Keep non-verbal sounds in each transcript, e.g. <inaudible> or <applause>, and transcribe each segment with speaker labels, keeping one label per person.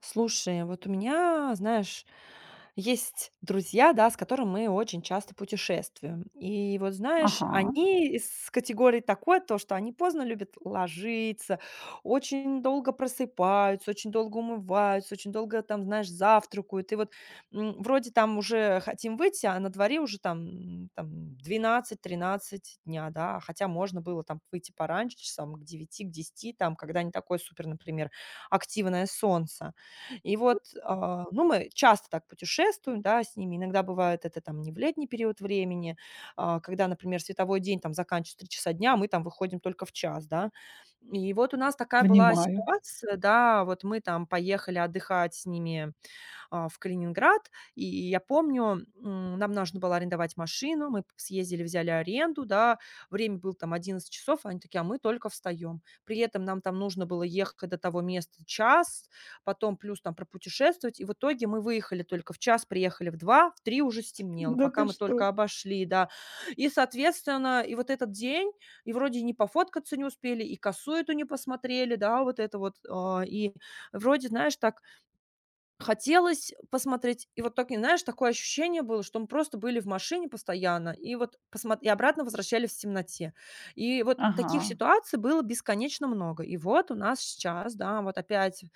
Speaker 1: Слушай, вот у меня, знаешь, есть друзья, да, с которыми мы очень часто путешествуем. И вот, знаешь,
Speaker 2: Ага.
Speaker 1: они из категории такой, то, что они поздно любят ложиться, очень долго просыпаются, очень долго умываются, очень долго там, знаешь, завтракают. И вот вроде там уже хотим выйти, а на дворе уже там, там 12-13 дня, да, хотя можно было там выйти пораньше, часам к 9, к 10, там, когда не такое супер, например, активное солнце. И вот, ну, мы часто так путешествуем, да, с ними. Иногда бывает это там не в летний период времени, когда, например, световой день там заканчивается в 3 часа дня, а мы там выходим только в час, да. И вот у нас такая была
Speaker 2: Понимаю.
Speaker 1: ситуация, да, вот мы там поехали отдыхать с ними в Калининград. И я помню, нам нужно было арендовать машину, мы съездили, взяли аренду, да, время было там 11 часов, они такие, а мы только встаем. При этом нам там нужно было ехать до того места час, потом плюс там пропутешествовать, и в итоге мы выехали только в час, приехали в два, в три уже стемнело,
Speaker 2: Да
Speaker 1: пока
Speaker 2: ты
Speaker 1: мы
Speaker 2: что?
Speaker 1: только обошли, да. И, соответственно, и вот этот день, и вроде не пофоткаться не успели, и косу эту не посмотрели, да, вот это вот, и вроде, знаешь, так хотелось посмотреть. И вот так, и знаешь, такое ощущение было, что мы просто были в машине постоянно и вот посмо и обратно возвращались в темноте. И вот
Speaker 2: Ага,
Speaker 1: таких ситуаций было бесконечно много. И вот у нас сейчас, да, вот опять,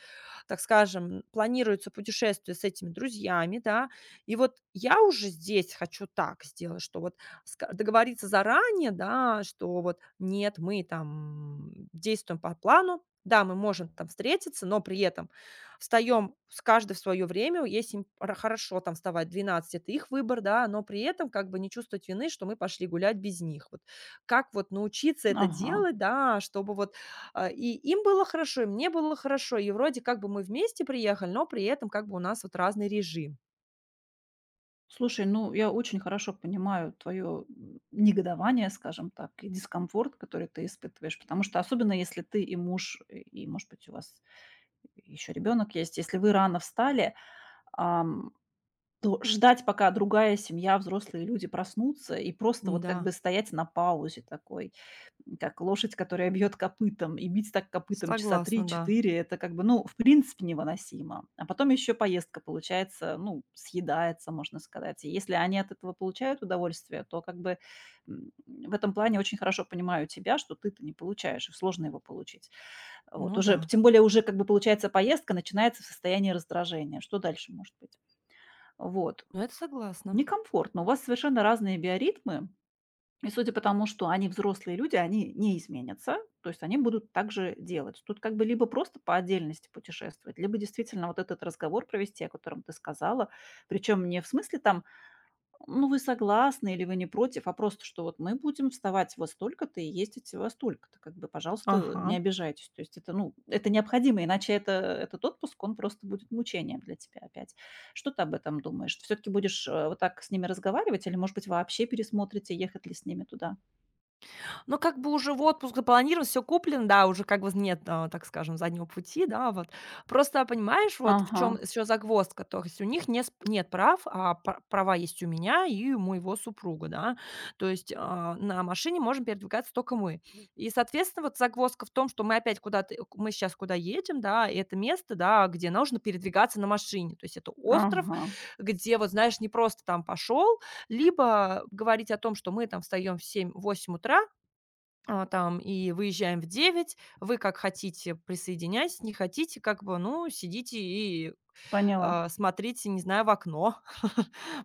Speaker 1: так скажем, планируется путешествие с этими друзьями, да. И вот я уже здесь хочу так сделать, что вот ска договориться заранее, да, что вот нет, мы там действуем по плану. Да, мы можем там встретиться, но при этом встаем с каждый в свое время. Если им ра хорошо там вставать в 12, это их выбор, да, но при этом как бы не чувствовать вины, что мы пошли гулять без них. Вот как вот научиться это
Speaker 2: ага.
Speaker 1: делать, да, чтобы вот, и им было хорошо, и мне было хорошо. И вроде как бы мы вместе приехали, но при этом как бы у нас вот разный режим.
Speaker 2: Слушай, ну, я очень хорошо понимаю твое негодование, скажем так, и дискомфорт, который ты испытываешь, потому что особенно если ты и муж, и, может быть, у вас еще ребенок есть, если вы рано встали, то ждать, пока другая семья, взрослые люди проснутся, и просто вот
Speaker 1: Да,
Speaker 2: как бы стоять на паузе такой, как лошадь, которая бьет копытом, и бить так копытом часа
Speaker 1: согласна, да.
Speaker 2: три-четыре, это как бы, ну, в принципе, невыносимо. А потом еще поездка, получается, ну, съедается, можно сказать. И если они от этого получают удовольствие, то как бы в этом плане очень хорошо понимаю тебя, что ты-то не получаешь, и сложно его получить. Вот
Speaker 1: Ну да,
Speaker 2: уже, тем более уже как бы получается поездка начинается в состоянии раздражения. Что дальше может быть? Вот.
Speaker 1: ну это согласна.
Speaker 2: Некомфортно. У вас совершенно разные биоритмы. И судя по тому, что они взрослые люди, они не изменятся. То есть они будут так же делать. Тут как бы либо просто по отдельности путешествовать, либо действительно вот этот разговор провести, о котором ты сказала. Причем не в смысле там ну, вы согласны или вы не против, а просто, что вот мы будем вставать во столько-то и ездить во столько-то. Как бы, пожалуйста, не
Speaker 1: Ага.
Speaker 2: обижайтесь. То есть это, ну, это необходимо, иначе это, этот отпуск, он просто будет мучением для тебя опять. Что ты об этом думаешь? Все-таки будешь вот так с ними разговаривать или, может быть, вообще пересмотрите, ехать ли с ними туда?
Speaker 1: Но как бы уже в отпуск запланирован, все куплено, да, уже как бы нет, так скажем, заднего пути, да, вот. Просто, понимаешь, вот в
Speaker 2: Ага,
Speaker 1: чем еще загвоздка, то есть у них не сп нет прав, а пр права есть у меня и у моего супруга, да. То есть, на машине можем передвигаться только мы. И, соответственно, вот загвоздка в том, что мы опять куда-то, мы сейчас куда едем, да, и это место, да, где нужно передвигаться на машине. То есть это остров,
Speaker 2: ага,
Speaker 1: где, вот знаешь, не просто там пошел, либо говорить о том, что мы там встаем в 7-8 утра, там и выезжаем в 9. Вы как хотите присоединяйтесь, не хотите, как бы, ну, сидите и,
Speaker 2: поняла.
Speaker 1: смотрите, не знаю, в окно. <laughs>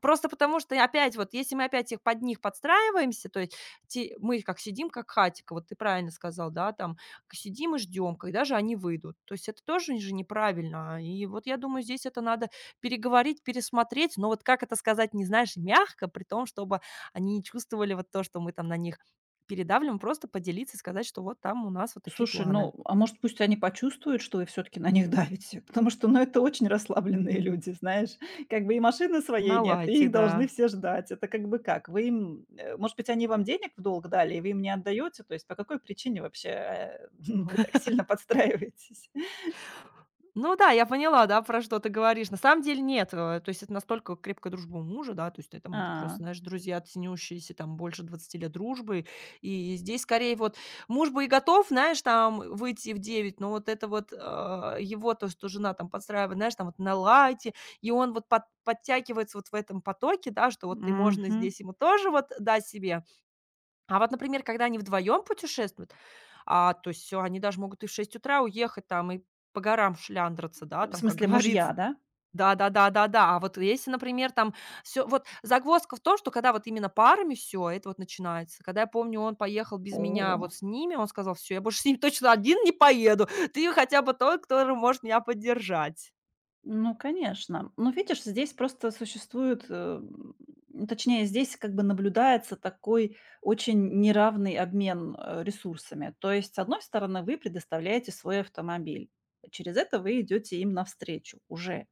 Speaker 1: Просто потому что опять вот, если мы опять их под них подстраиваемся, то есть те мы как сидим, как хатико, вот ты правильно сказал, да, там к сидим и ждем, когда же они выйдут. То есть это тоже же неправильно. И вот я думаю, здесь это надо переговорить, пересмотреть, но вот как это сказать, не знаешь, мягко, при том, чтобы они не чувствовали вот то, что мы там на них передавливаем, просто поделиться и сказать, что вот там у нас вот такие
Speaker 2: Слушай,
Speaker 1: планы.
Speaker 2: ну, а может, пусть они почувствуют, что вы все таки на них давите? Потому что, ну, это очень расслабленные люди, знаешь. Как бы и машины своей
Speaker 1: На
Speaker 2: нет, и
Speaker 1: лайте,
Speaker 2: их должны
Speaker 1: да.
Speaker 2: все ждать. Это как бы как? Вы им, может быть, они вам денег в долг дали, и вы им не отдаете? То есть по какой причине вообще, <laughs> ну, вы так сильно подстраиваетесь?
Speaker 1: Ну да, я поняла, да, про что ты говоришь. На самом деле нет, то есть это настолько крепкая дружба у мужа, да, то есть это, там, это просто,
Speaker 2: А,
Speaker 1: знаешь, друзья, ценящиеся там больше 20 лет дружбы, и здесь скорее вот муж бы и готов, знаешь, там выйти в 9, но вот это вот, его то, что жена там подстраивает, знаешь, там вот на лайте, и он вот подтягивается вот в этом потоке, да, что вот ты можно
Speaker 2: мгм.
Speaker 1: здесь ему тоже вот дать себе. А вот, например, когда они вдвоем путешествуют, то есть, они даже могут и в 6 утра уехать там и по горам шляндраться, да,
Speaker 2: В
Speaker 1: там, как <laughs>
Speaker 2: смысле, мужья,
Speaker 1: говорится.
Speaker 2: да?
Speaker 1: Да-да-да-да-да. А вот если, например, там всё вот загвоздка в том, что когда вот именно парами всё, это вот начинается. Когда, я помню, он поехал без меня
Speaker 2: О.
Speaker 1: вот с ними, он сказал: «Всё, я больше с ним <laughs> точно один не поеду. Ты хотя бы тот, который может меня поддержать».
Speaker 2: Ну, конечно. Ну, видишь, здесь просто существует, ну, точнее, здесь как бы наблюдается такой очень неравный обмен ресурсами. То есть, с одной стороны, вы предоставляете свой автомобиль, через это вы идете им навстречу уже.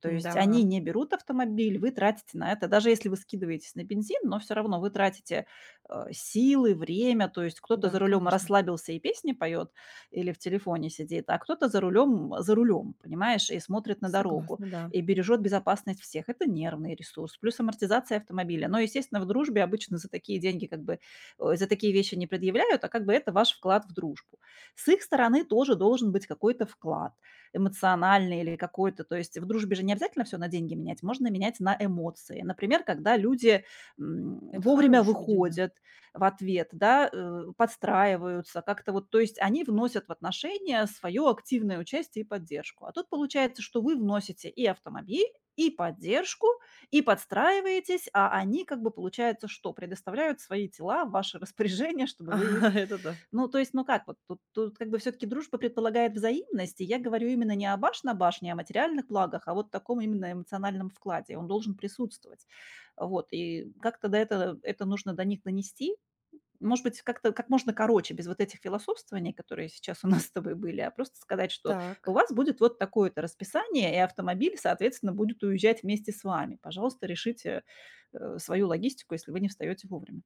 Speaker 2: То есть они
Speaker 1: Да,
Speaker 2: не берут автомобиль, вы тратите на это, даже если вы скидываетесь на бензин, но все равно вы тратите силы, время, то есть кто-то за
Speaker 1: да,
Speaker 2: рулем
Speaker 1: конечно.
Speaker 2: расслабился и песни поет, или в телефоне сидит, а кто-то за рулем, понимаешь, и смотрит на дорогу,
Speaker 1: Согласна, да.
Speaker 2: и бережет безопасность всех. Это нервный ресурс, плюс амортизация автомобиля. Но, естественно, в дружбе обычно за такие деньги как бы, за такие вещи не предъявляют, а как бы это ваш вклад в дружбу. С их стороны тоже должен быть какой-то вклад эмоциональный или какой-то. То есть в дружбе же не обязательно все на деньги менять, можно менять на эмоции. Например, когда люди
Speaker 1: Это
Speaker 2: вовремя
Speaker 1: хорошая идея, да.
Speaker 2: выходят, в ответ, да, подстраиваются как-то вот. То есть они вносят в отношения свое активное участие и поддержку. А тут получается, что вы вносите и автомобиль, и поддержку, и подстраиваетесь, а они как бы получается что? Предоставляют свои тела в ваше распоряжение,
Speaker 1: <laughs>
Speaker 2: чтобы вы их...
Speaker 1: Это да.
Speaker 2: Ну, то есть, ну как, вот тут, тут как бы все-таки дружба предполагает взаимность, и я говорю именно не о баш на башне, а о материальных благах, а вот таком именно эмоциональном вкладе. Он должен присутствовать. Вот, и как-то до этого это нужно до них донести, может быть, как-то как можно короче, без вот этих философствований, которые сейчас у нас с тобой были, а просто сказать, что у
Speaker 1: Так.
Speaker 2: вас будет вот такое-то расписание, и автомобиль, соответственно, будет уезжать вместе с вами. Пожалуйста, решите свою логистику, если вы не встаете вовремя.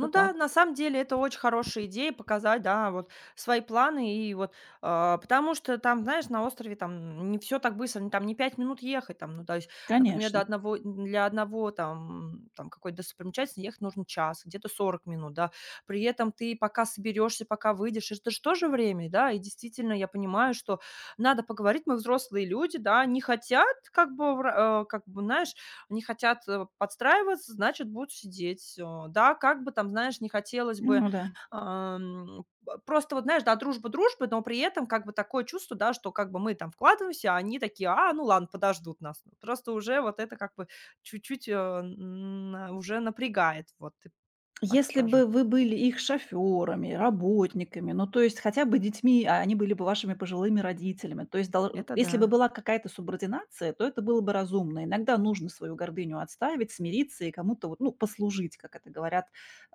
Speaker 1: Ну да,
Speaker 2: так.
Speaker 1: на самом деле это очень хорошая идея показать, да, вот свои планы и вот, потому что там, знаешь, на острове там не все так быстро, ну, там не 5 минут ехать, там, ну, то есть, например, до
Speaker 2: Конечно.
Speaker 1: одного, для одного там, там какой-то достопримечательности ехать нужно час, где-то 40 минут, да, при этом ты пока соберешься, пока выйдешь, это же тоже время, да, и действительно я понимаю, что надо поговорить, мы взрослые люди, да, не хотят, как бы, как бы, знаешь, они хотят, подстраиваться, значит, будут сидеть. Да, как бы там, знаешь, не хотелось бы,
Speaker 2: Ну да.
Speaker 1: ам, п просто вот, знаешь, да, дружба дружбой, но при этом как бы такое чувство, да, что как бы мы там вкладываемся, а они такие: «А, ну ладно, подождут нас». Ну, просто уже вот это как бы чуть-чуть, э, н уже напрягает, вот, и так
Speaker 2: Если бы
Speaker 1: скажем.
Speaker 2: вы были их шофёрами, работниками, ну, то есть хотя бы детьми, а они были бы вашими пожилыми родителями. То есть дол
Speaker 1: Это
Speaker 2: если бы
Speaker 1: да.
Speaker 2: была какая-то субординация, то это было бы разумно. Иногда нужно свою гордыню отставить, смириться и кому-то вот, ну, послужить, как это говорят,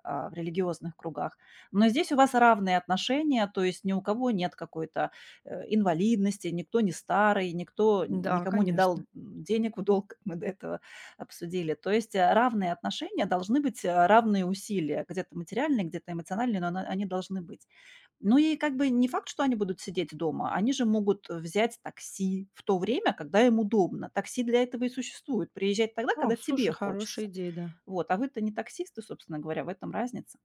Speaker 2: в религиозных кругах. Но здесь у вас равные отношения, то есть ни у кого нет какой-то, инвалидности, никто не старый, никто
Speaker 1: Да,
Speaker 2: никому не дал,
Speaker 1: конечно.
Speaker 2: денег в долг, <laughs> как мы до этого обсудили. То есть, равные отношения, должны быть, равные усилия. Где-то материальные, где-то эмоциональные, но они должны быть. Ну и как бы не факт, что они будут сидеть дома. Они же могут, взять такси в то время, когда им удобно. Такси для этого и существует. Приезжать тогда,
Speaker 1: О,
Speaker 2: когда тебе
Speaker 1: слушай, хорошая
Speaker 2: хочется.
Speaker 1: идея, да.
Speaker 2: Вот, а вы-то не таксисты, собственно говоря, в этом разница.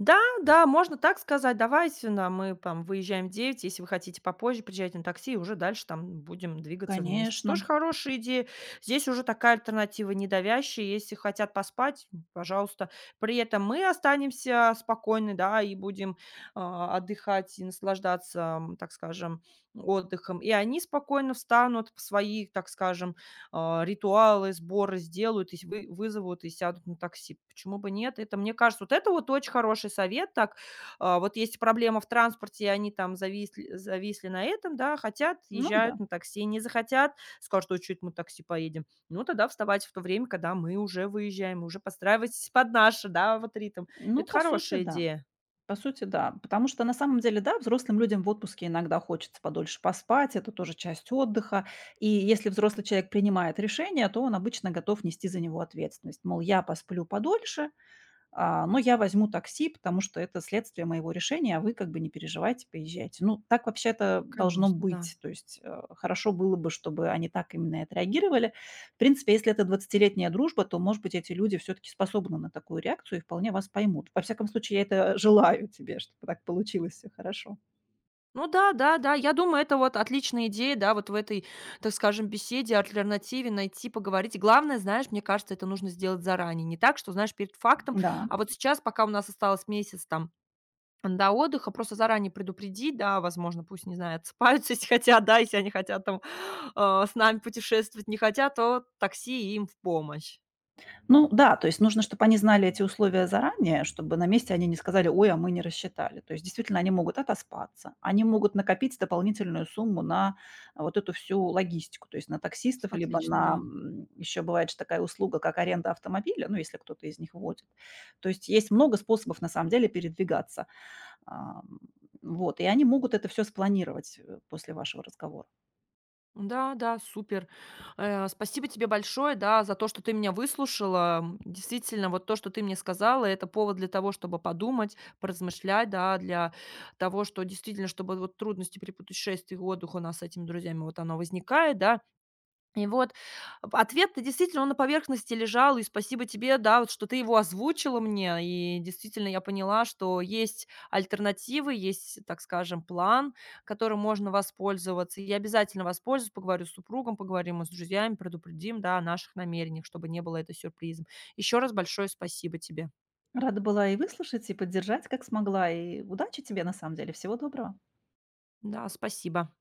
Speaker 1: Да, да, можно так сказать. Давайте, на мы там выезжаем в 9. Если вы хотите попозже, приезжайте на такси, и уже дальше там будем двигаться вместе. Тоже
Speaker 2: Конечно.
Speaker 1: хорошая идея. Здесь уже такая альтернатива недавящая. Если хотят поспать, пожалуйста. При этом мы останемся спокойны, да, и будем, отдыхать и наслаждаться, так скажем, отдыхом. И они спокойно встанут в свои, так скажем, ритуалы, сборы сделают, и с вы вызовут и сядут на такси. Почему бы нет? Это, мне кажется, вот это вот очень хороший совет. Так, вот есть проблема в транспорте, и они там зависли, зависли на этом, да, хотят,
Speaker 2: Ну да.
Speaker 1: езжают на такси, не захотят, скажут, что чуть мы такси поедем. Ну, тогда вставать в то время, когда мы уже выезжаем, уже подстраивайтесь под наше, да, вот ритм.
Speaker 2: Ну,
Speaker 1: Это
Speaker 2: по сути,
Speaker 1: хорошая
Speaker 2: да.
Speaker 1: идея.
Speaker 2: По сути, да. Потому что на самом деле, да, взрослым людям в отпуске иногда хочется подольше поспать, это тоже часть отдыха. И если взрослый человек принимает решение, то он обычно готов нести за него ответственность. Мол, я посплю подольше, но я возьму такси, потому что это следствие моего решения, а вы как бы не переживайте, поезжайте. Ну, так вообще-то должно
Speaker 1: Конечно, да.
Speaker 2: быть. То есть хорошо было бы, чтобы они так именно и отреагировали. В принципе, если это двадцатилетняя дружба, то, может быть, эти люди все-таки способны на такую реакцию и вполне вас поймут. Во всяком случае, я это желаю тебе, чтобы так получилось все хорошо.
Speaker 1: Ну да, да, да. Я думаю, это вот отличная идея, да, вот в этой, так скажем, беседе, альтернативе найти, поговорить. Главное, знаешь, мне кажется, это нужно сделать заранее. Не так, что, знаешь, перед фактом,
Speaker 2: Да.
Speaker 1: а вот сейчас, пока у нас осталось месяц там до отдыха, просто заранее предупредить, да, возможно, пусть, не знаю, отсыпаются, <laughs> если хотят, да, если они хотят там, с нами путешествовать, не хотят, то такси им в помощь.
Speaker 2: Ну да, то есть нужно, чтобы они знали эти условия заранее, чтобы на месте они не сказали: "Ой, а мы не рассчитали". То есть действительно они могут отоспаться, они могут накопить дополнительную сумму на вот эту всю логистику, то есть на таксистов, либо
Speaker 1: Отлично,
Speaker 2: на,
Speaker 1: да.
Speaker 2: еще бывает же такая услуга, как аренда автомобиля, ну, если кто-то из них водит. То есть есть много способов на самом деле передвигаться. Ам, вот, и они могут это все спланировать, после вашего разговора.
Speaker 1: Да, да, супер. Спасибо тебе большое, да, за то, что ты меня выслушала. Действительно, вот то, что ты мне сказала, это повод для того, чтобы подумать, поразмышлять, да, для того, что действительно, чтобы вот трудности при путешествии и отдыхе у нас с этими друзьями, вот оно возникает, да, и вот, ответ-то действительно, он на поверхности лежал, и спасибо тебе, да, вот что ты его озвучила мне. И действительно я поняла, что есть альтернативы, есть, так скажем, план, которым можно воспользоваться. И я обязательно воспользуюсь, поговорю с супругом, поговорим с друзьями, предупредим, да, о наших намерениях, чтобы не было это сюрпризом. Еще раз большое спасибо тебе.
Speaker 2: Рада была и выслушать, и поддержать, как смогла. И удачи тебе на самом деле. Всего доброго.
Speaker 1: Да, спасибо.